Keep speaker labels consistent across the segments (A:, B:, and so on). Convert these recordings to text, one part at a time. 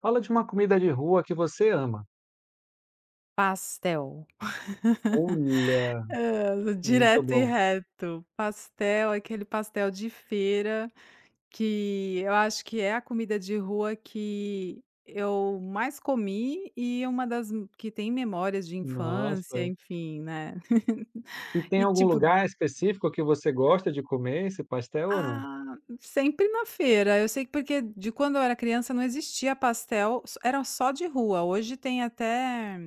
A: Fala de uma comida de rua que você ama.
B: Pastel.
A: Olha, muito
B: Direto e
A: bom.
B: reto. Pastel, aquele pastel de feira, que eu acho que é a comida de rua que eu mais comi e uma que tem memórias de infância,
A: Nossa.
B: enfim, né.
A: E tem
B: E
A: algum
B: tipo,
A: lugar específico que você gosta de comer esse pastel ou não?
B: ah, sempre na feira. Eu sei que porque de quando eu era criança não existia pastel, s era só de rua. Hoje tem até,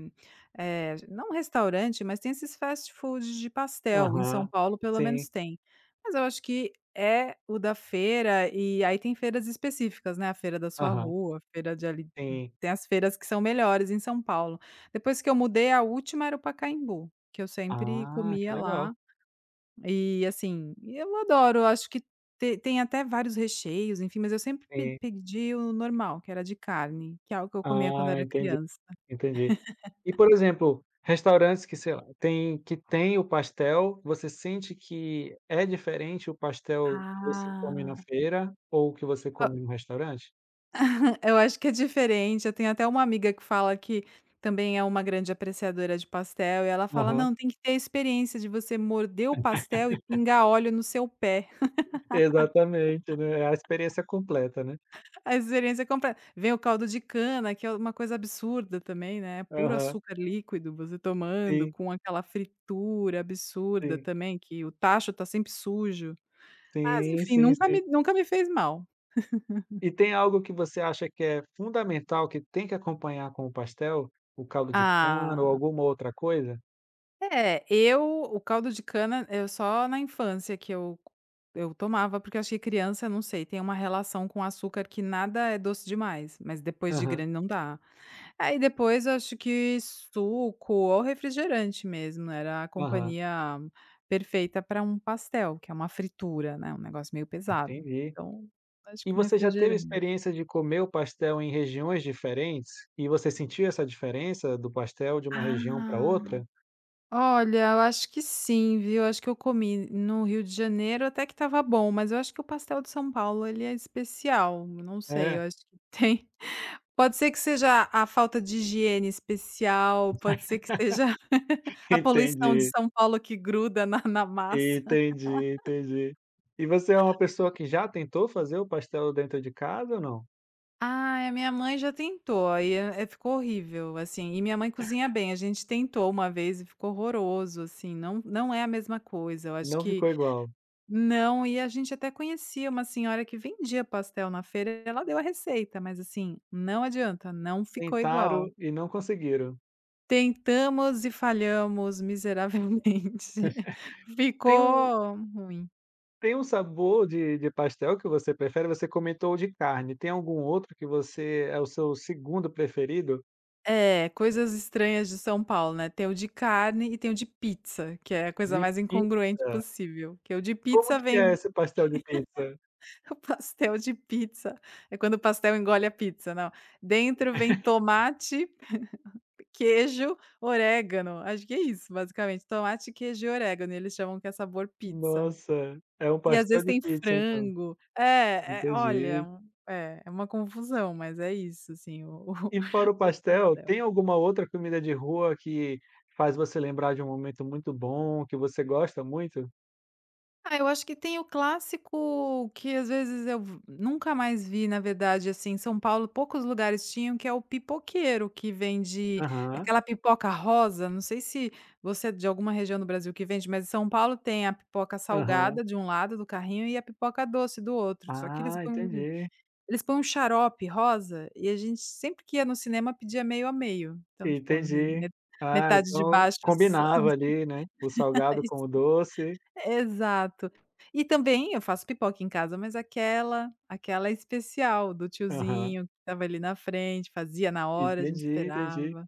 B: não restaurante, mas tem esses fast foods de pastel, em São
A: Aham.
B: Paulo pelo
A: Sim.
B: menos tem. Mas eu acho que é o da feira, e aí tem feiras específicas, né, a feira da sua
A: Aham.
B: rua, a feira de ali.
A: Sim.
B: Tem as feiras que são melhores em São Paulo. Depois que eu mudei, a última era o Pacaembu, que eu sempre
A: Ah, que
B: comia
A: legal.
B: lá e assim, eu adoro, eu acho que te tem até vários recheios, enfim, mas eu sempre pe
A: Sim.
B: pedi o normal, que era de carne, que é algo que eu comia quando
A: Ah,
B: era
A: entendi,
B: criança.
A: entendi. E, por exemplo, restaurantes que, sei lá, tem que tem o pastel, você sente que é diferente o pastel que você come na
B: Ah.
A: feira ou que você come no restaurante?
B: Eu acho que é diferente, eu tenho até uma amiga que fala que também é uma grande apreciadora de pastel e ela fala:
A: Aham.
B: "Não, tem que ter a experiência de você morder o pastel e pingar óleo no seu pé".
A: Exatamente, né, é a experiência completa, né.
B: A experiência completa. Vem o caldo de cana, que é uma coisa absurda também, né, puro
A: Aham.
B: açúcar líquido, você tomando
A: Sim,
B: com aquela fritura absurda
A: sim.
B: também, que o tacho tá sempre sujo. Mas
A: Sim,
B: enfim,
A: sim,
B: nunca
A: sim.
B: me nunca me fez mal.
A: E tem algo que você acha que é fundamental, que tem que acompanhar com o pastel? O caldo de cana ou
B: Ah.
A: alguma outra coisa?
B: É, eu o caldo de cana, eu só na infância que eu tomava, porque eu acho que criança, não sei, tem uma relação com açúcar que nada é doce demais, mas depois de
A: Aham,
B: grande não dá. Aí depois eu acho que suco ou refrigerante mesmo, era a
A: aham,
B: companhia perfeita para um pastel, que é uma fritura, né, um negócio meio pesado.
A: entendi.
B: Então, acho
A: E
B: que um
A: você já teve
B: refrigerante.
A: experiência de comer o pastel em regiões diferentes? E você sentiu essa diferença do pastel de uma região para
B: Ah.
A: outra?
B: Olha, eu acho que sim, viu. Acho que eu comi no Rio de Janeiro até que estava bom, mas eu acho que o pastel de São Paulo ele é especial, não sei, eu
A: É,
B: acho que tem, pode ser que seja a falta de higiene especial, pode ser que seja a poluição de
A: entendi.
B: São Paulo que gruda na massa.
A: Entendi, entendi. E você é uma pessoa que já tentou fazer o pastel dentro de casa ou não?
B: Ah, a minha mãe já tentou, aí, ficou horrível, assim, e minha mãe cozinha bem, a gente tentou uma vez e ficou horroroso, assim, não é a mesma coisa, eu acho
A: Não
B: que
A: ficou igual?
B: não, e a gente até conhecia uma senhora que vendia pastel na feira, ela deu a receita, mas assim, não adianta, não ficou igual.
A: Tentaram e não conseguiram.
B: Tentamos e falhamos miseravelmente.
A: Tem um
B: Ficou ruim.
A: Tem um sabor de pastel que você prefere? Você comentou o de carne, tem algum outro que você é o seu segundo preferido?
B: É, coisas estranhas de São Paulo, né, tem o de carne e tem o de pizza, que é a coisa
A: De
B: mais incongruente
A: pizza.
B: possível, que o de
A: Como
B: pizza
A: que é
B: vem.
A: esse pastel de pizza?
B: O pastel de pizza, é quando o pastel engole a pizza, não. Dentro vem tomate, queijo, orégano, acho que é isso basicamente, tomate, queijo e orégano, e eles chamam que é sabor pizza.
A: Nossa, é um
B: E às
A: pastel
B: vezes
A: de
B: tem
A: pizza então.
B: frango. É, é olha,
A: Entendi.
B: é, é uma confusão, mas é isso assim, o
A: E fora o
B: o
A: pastel,
B: pastel.
A: tem alguma outra comida de rua que faz você lembrar de um momento muito bom, que você gosta muito?
B: Ah, eu acho que tem o clássico que às vezes eu v nunca mais vi, na verdade, assim, em São Paulo poucos lugares tinham, que é o pipoqueiro, que vende
A: Aham,
B: aquela pipoca rosa, não sei se você é de alguma região do Brasil que vende, mas em São Paulo tem a pipoca
A: aham.
B: salgada de um lado do carrinho e a pipoca doce do outro, só que
A: Ah, entendi,
B: eles põem um xarope rosa e a gente sempre que ia no cinema pedia meio a meio, então tipo me
A: entendi.
B: me
A: Ah,
B: metade de
A: então
B: baixo.
A: combinava ali, né, o salgado com o doce.
B: Exato. E também eu faço pipoca em casa, mas aquela é especial do
A: Aham,
B: tiozinho que estava ali na frente, fazia na hora, a gente
A: entendi, entendi.
B: esperava,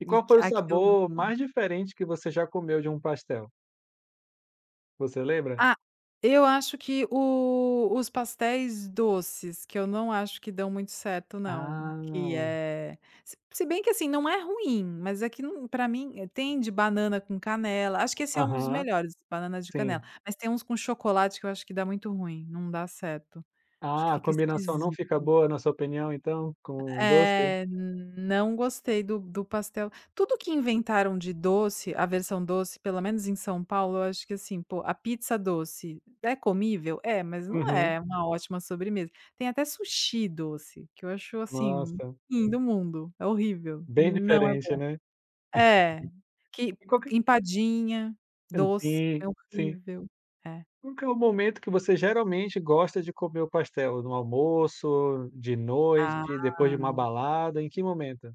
A: E
B: e
A: qual
B: que
A: foi o
B: aquilo.
A: sabor mais diferente que você já comeu de um pastel? Você lembra?
B: Ah, eu acho que o os pastéis doces, que eu não acho que dão muito certo não,
A: Ah,
B: que é, se bem que, assim, não é ruim, mas é que não pra mim, tem de banana com canela, acho que esse é um dos
A: aham,
B: melhores, banana de canela,
A: sim.
B: mas tem uns com chocolate que eu acho que dá muito ruim, não dá certo. Acho que
A: Ah, a
B: fica
A: combinação não
B: esquisito.
A: fica boa, na sua opinião, então, com doce?
B: É, não gostei do pastel. Tudo que inventaram de doce, a versão doce, pelo menos em São Paulo, eu acho que assim, pô, a pizza doce é comível? É, mas não
A: Uhum.
B: é uma ótima sobremesa. Tem até sushi doce, que eu acho assim,
A: Nossa,
B: fim do mundo, é horrível.
A: bem
B: Não é,
A: diferente, né.
B: é que
A: E qual que
B: empadinha doce é
A: sim, sim.
B: horrível. É.
A: Qual que é o momento que você geralmente gosta de comer o pastel? No almoço, de noite, depois de
B: Ah.
A: uma balada, em que momento?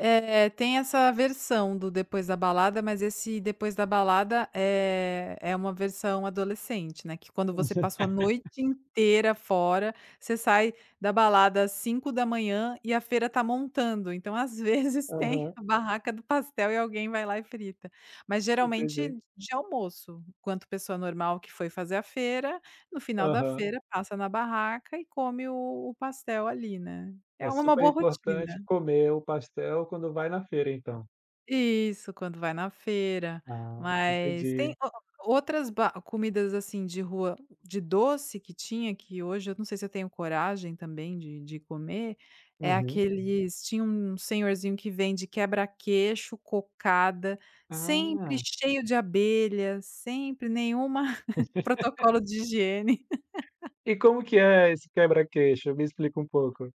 B: É, tem essa versão do depois da balada, mas esse depois da balada é uma versão adolescente, né, que quando você passou a noite inteira fora, você sai da balada às 5 da manhã e a feira tá montando, então às vezes tem
A: Aham,
B: a barraca do pastel e alguém vai lá e frita. Mas geralmente
A: entendi.
B: de almoço, enquanto pessoa normal que foi fazer a feira, no final da
A: Aham.
B: feira passa na barraca e come o pastel ali, né. É
A: É
B: uma
A: super
B: boa
A: importante
B: rotina.
A: comer o pastel quando vai na feira, então.
B: Isso, quando vai na feira,
A: Ah,
B: mas tem
A: entendi.
B: o, outras ba comidas, assim, de rua, de doce que tinha, que hoje eu não sei se eu tenho coragem também de comer, é
A: Uhum.
B: aqueles, tinha um senhorzinho que vende quebra-queixo, cocada, sempre
A: Ah,
B: cheio de abelha, sempre nenhuma protocolo de higiene.
A: e como que é esse quebra-queixo? Me explica um pouco.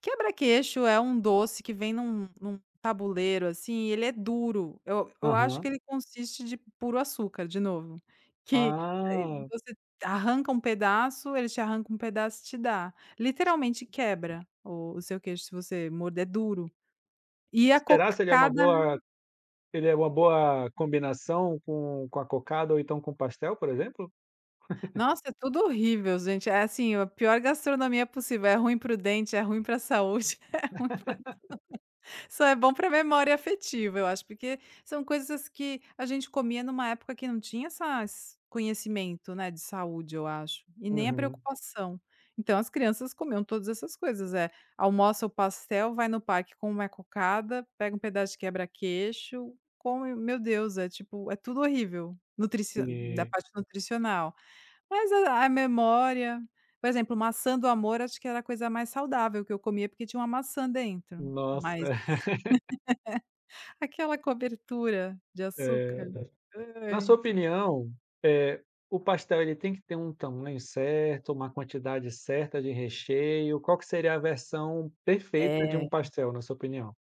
B: Quebra-queixo é um doce que vem num tabuleiro, assim, e ele é duro. Eu acho que
A: Aham.
B: ele consiste de puro açúcar, de novo, que,
A: Ah,
B: você arranca um pedaço, ele te arranca um pedaço e te dá. Literalmente quebra o seu queixo se você morder, é duro. E
A: e
B: a
A: será se ele é uma
B: cocada,
A: boa Ele é uma boa combinação com a cocada ou então com pastel, por exemplo?
B: nossa, é tudo horrível, gente. É assim, a pior gastronomia possível. É ruim para o dente, é ruim para a saúde, é ruim. Só é bom para memória afetiva, eu acho, porque são coisas que a gente comia numa época que não tinha essas conhecimento, né, de saúde, eu acho, e nem a
A: Uhum,
B: preocupação. Então as crianças comiam todas essas coisas, é, almoça o pastel, vai no parque, com uma cocada, pega um pedaço de quebra-queixo, come, meu Deus, é tipo, é tudo horrível, nutrici da
A: sim.
B: parte nutricional. Mas a memória, por exemplo, maçã do amor acho que era a coisa mais saudável que eu comia, porque tinha uma maçã dentro, mas
A: Nossa,
B: aquela cobertura de
A: eh,
B: açúcar.
A: na
B: Ai.
A: sua opinião, eh, o pastel ele tem que ter um tamanho certo, uma quantidade certa de recheio? Qual que seria a versão perfeita de
B: É,
A: um pastel, na sua opinião?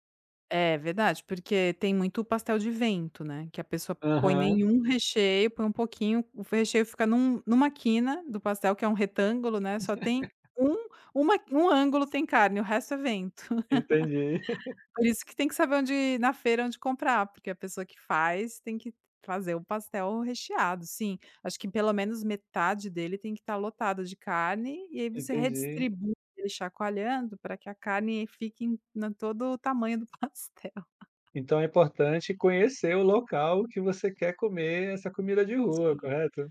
B: é verdade, porque tem muito pastel de vento, né, que a pessoa põe
A: Aham,
B: nenhum recheio, põe um pouquinho, o recheio fica numa quina do pastel, que é um retângulo, né, só tem um uma um ângulo, tem carne, o resto é vento.
A: entendi,
B: Por isso que tem que saber onde na feira onde comprar, porque a pessoa que faz tem que fazer o pastel recheado, sim. Acho que pelo menos metade dele tem que estar lotado de carne, e aí você
A: entendi.
B: redistribui ele chacoalhando para que a carne fique em na todo o tamanho do pastel.
A: Então é importante conhecer o local que você quer comer essa comida de rua,
B: Sim.
A: correto?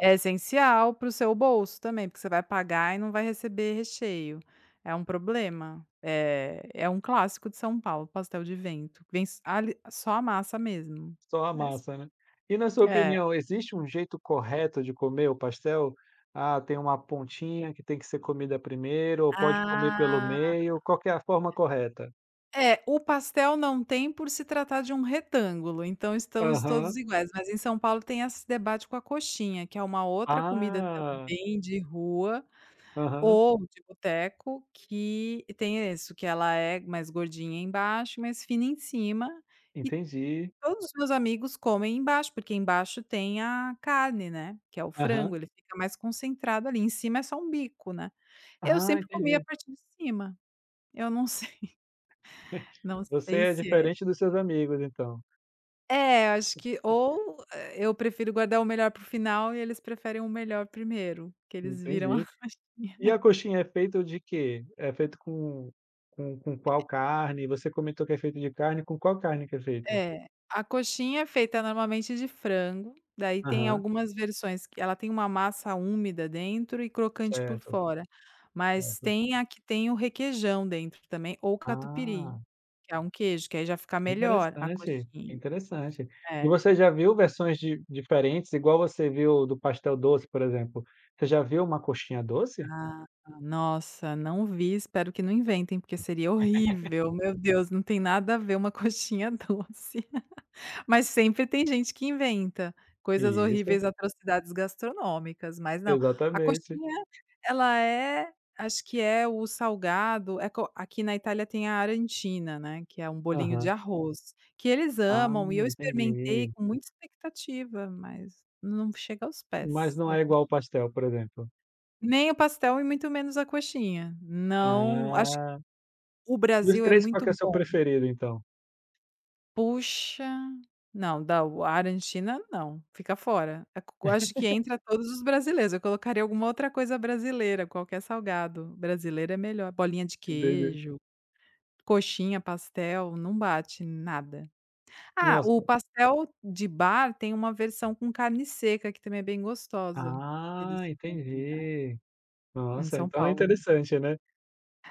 B: É essencial para o seu bolso também, porque você vai pagar e não vai receber recheio. É um problema. É um clássico de São Paulo, pastel de vento. Vem s ali só a massa mesmo,
A: Só a
B: mas
A: massa, né. E na sua
B: é.
A: opinião, existe um jeito correto de comer o pastel? Ah, tem uma pontinha que tem que ser comida primeiro ou pode comer pelo
B: Ah,
A: meio, qual que é a forma correta?
B: é, o pastel não tem, por se tratar de um retângulo, então estamos todos
A: Aham.
B: iguais, mas em São Paulo tem esse debate com a coxinha, que é uma outra comida
A: Ah,
B: também de rua
A: aham,
B: ou de boteco que tem isso, que ela é mais gordinha embaixo, mais fina em cima, e
A: entendi.
B: todos os meus amigos comem embaixo, porque embaixo tem a carne, né, que é o frango,
A: Aham.
B: ele fica mais concentrado ali, em cima é só um bico, né. Eu
A: Ah,
B: sempre comia a
A: entendi.
B: parte de cima, eu não sei. Não
A: Você
B: sei
A: é
B: se é.
A: diferente dos seus amigos então,
B: É, acho que ou, eu prefiro guardar o melhor para o final e eles preferem o melhor primeiro, que eles viram a
A: entendi.
B: minha.
A: E a coxinha é feita de quê? É feito com com qual carne? Você comentou que é feito de carne, com qual carne que é feita?
B: É, a coxinha é feita normalmente de frango, daí tem
A: Aham,
B: algumas versões que ela tem uma massa úmida dentro e crocante por
A: certo,
B: fora, mas
A: certo.
B: tem a que tem o requeijão dentro também ou catupiry,
A: Ah.
B: que é um queijo, que aí já fica melhor a
A: Interessante,
B: coxinha.
A: interessante.
B: É.
A: E você já viu versões di diferentes, igual você viu do pastel doce, por exemplo, você já viu uma coxinha doce?
B: Ah, nossa, não vi, espero que não inventem, porque seria horrível. Meu Deus, não tem nada a ver uma coxinha doce. Mas sempre tem gente que inventa coisas
A: Isso,
B: horríveis, atrocidades gastronômicas, mas não. A
A: exatamente.
B: coxinha, ela é, acho que é o salgado, é co aqui na Itália tem a Arantina, né, que é um bolinho de
A: Aham.
B: arroz, que eles
A: Ah,
B: amam e eu experimentei
A: entendi.
B: com muita expectativa, mas não chega aos
A: Mas
B: pés
A: não
B: da,
A: é igual ao pastel, por exemplo?
B: nem o pastel e muito menos a coxinha. Não, acho que
A: Ah,
B: o
A: dos
B: Brasil é
A: 3 qual
B: muito
A: que é o seu
B: bom.
A: preferido, então?
B: Puxa, não, da a Argentina não, fica fora. A co acho que entra todos os brasileiros, eu colocaria alguma outra coisa brasileira, qualquer salgado brasileiro é melhor. Bolinha de
A: Entendi.
B: queijo, coxinha, pastel, não bate nada. Ah,
A: Nossa.
B: o pastel de bar tem uma versão com carne seca que também é bem gostosa. Eles
A: Ah,
B: fazem, né,
A: entendi.
B: em
A: Nossa,
B: São
A: então é
B: Paulo.
A: interessante, né?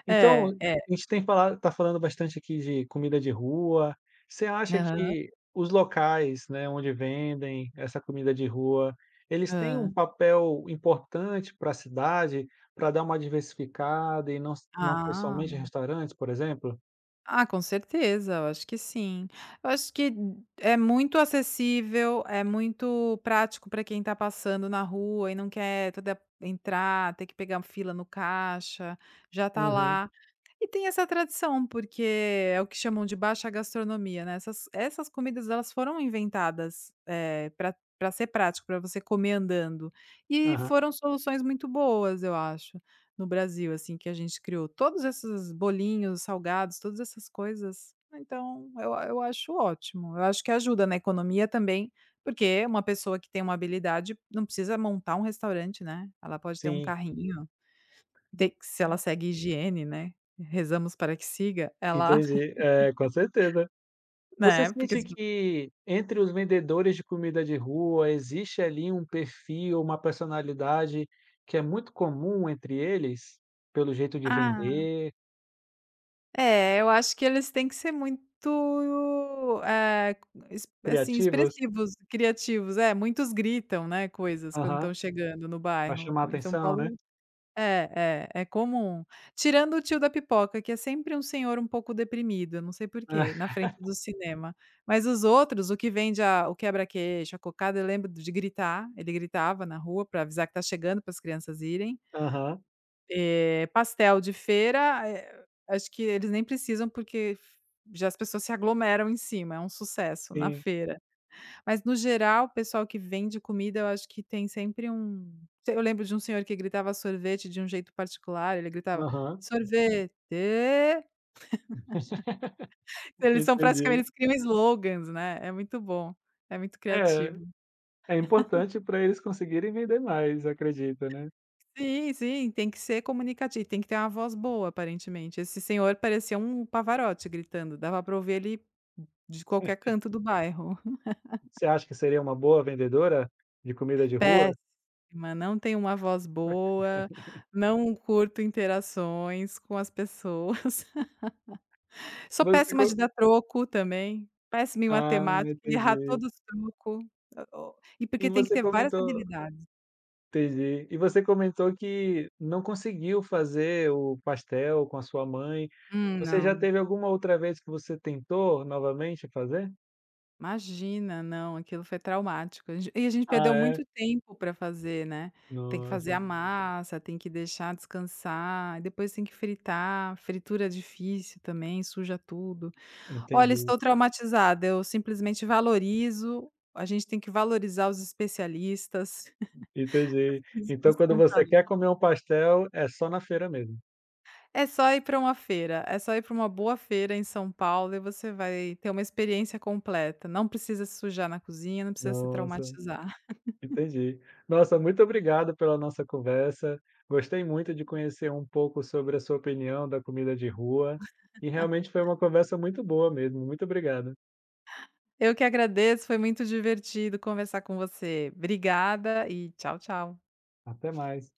A: Então, a
B: É, é.
A: gente tem falado tá falando bastante aqui de comida de rua. Você acha
B: Aham,
A: que os locais, né, onde vendem essa comida de rua, eles têm um
B: hã.
A: papel importante para a cidade, para dar uma diversificada e não s não ter
B: Ah,
A: somente restaurantes, por exemplo?
B: ah, com certeza, eu acho que sim. Eu acho que é muito acessível, é muito prático para quem está passando na rua e não quer toda entrar, ter que pegar fila no caixa, já está
A: Uhum.
B: lá. E tem essa tradição, porque é o que chamam de baixa gastronomia, né. Essas comidas elas foram inventadas, para pra ser prático, para você comer andando. E
A: Aham.
B: foram soluções muito boas, eu acho, no Brasil, assim, que a gente criou. Todos esses bolinhos, salgados, todas essas coisas. Então eu acho ótimo. Eu acho que ajuda na economia também, porque uma pessoa que tem uma habilidade não precisa montar um restaurante, né. Ela pode ter um
A: Sim,
B: carrinho. De, se ela segue higiene, né, rezamos para que siga, ela.
A: entendi. É, com certeza. Você
B: Né, porque
A: sente
B: se,
A: que entre os vendedores de comida de rua existe ali um perfil, uma personalidade que é muito comum entre eles, pelo jeito de
B: ah,
A: vender,
B: é, eu acho que eles têm que ser muito, é, ex assim,
A: criativos?
B: expressivos, criativos. É, muitos gritam, né, coisas quando
A: Aham,
B: estão chegando no
A: pra
B: bairro.
A: chamar a
B: Em São
A: atenção, né?
B: Paulo. É comum. Tirando o tio da pipoca, que é sempre um senhor um pouco deprimido, eu não sei por quê, na frente do cinema. Mas os outros, o que vende a o quebra-queixo, a cocada, eu lembro de gritar, ele gritava na rua para avisar que tá chegando, para as crianças irem.
A: Aham,
B: Pastel de feira, acho que eles nem precisam, porque já as pessoas se aglomeram em cima, é um sucesso na
A: sim,
B: feira. Mas no geral, o pessoal que vende comida, eu acho que tem sempre um, eu lembro de um senhor que gritava sorvete de um jeito particular, ele gritava:
A: aham,
B: "Sorvete!". Eles são praticamente,
A: entendi.
B: eles criam slogans, né, é muito bom, é muito
A: É,
B: criativo.
A: é importante para eles conseguirem vender mais, acredito, né?
B: Sim, sim, tem que ser comunicativo, tem que ter uma voz boa aparentemente. Esse senhor parecia um Pavarotti gritando, dava para ouvir ele de qualquer canto do bairro.
A: Você acha que seria uma boa vendedora de comida de rua?
B: Péssima, não tem uma voz boa, não curto interações com as pessoas. Sou
A: Você
B: péssima de
A: co
B: dar troco também, péssima em
A: Ah,
B: matemática, errar
A: entendi.
B: todos os troco, o e
A: E
B: porque tem que
A: você
B: ter várias
A: comentou
B: habilidades.
A: Entendi. E você comentou que não conseguiu fazer o pastel com a sua mãe. Você já
B: Não,
A: teve alguma outra vez que você tentou novamente fazer?
B: imagina, não, aquilo foi traumático. A gente perdeu
A: Ah, é?
B: muito tempo pra fazer, né. Tem que fazer a
A: Nossa,
B: massa, tem que deixar descansar, depois tem que fritar, fritura é difícil também, suja tudo. Olha,
A: entendi,
B: estou traumatizada, eu simplesmente valorizo, a gente tem que valorizar os especialistas.
A: entendi. Então quando você quer comer um pastel, é só na feira mesmo.
B: É só ir para uma feira, é só ir para uma boa feira em São Paulo e você vai ter uma experiência completa, não precisa se sujar na cozinha, não precisa se
A: Nossa,
B: traumatizar.
A: entendi. Nossa, muito obrigado pela nossa conversa. Gostei muito de conhecer um pouco sobre a sua opinião da comida de rua, e realmente foi uma conversa muito boa mesmo. Muito obrigado.
B: Eu que agradeço, foi muito divertido conversar com você. Obrigada e tchau, tchau.
A: Até mais.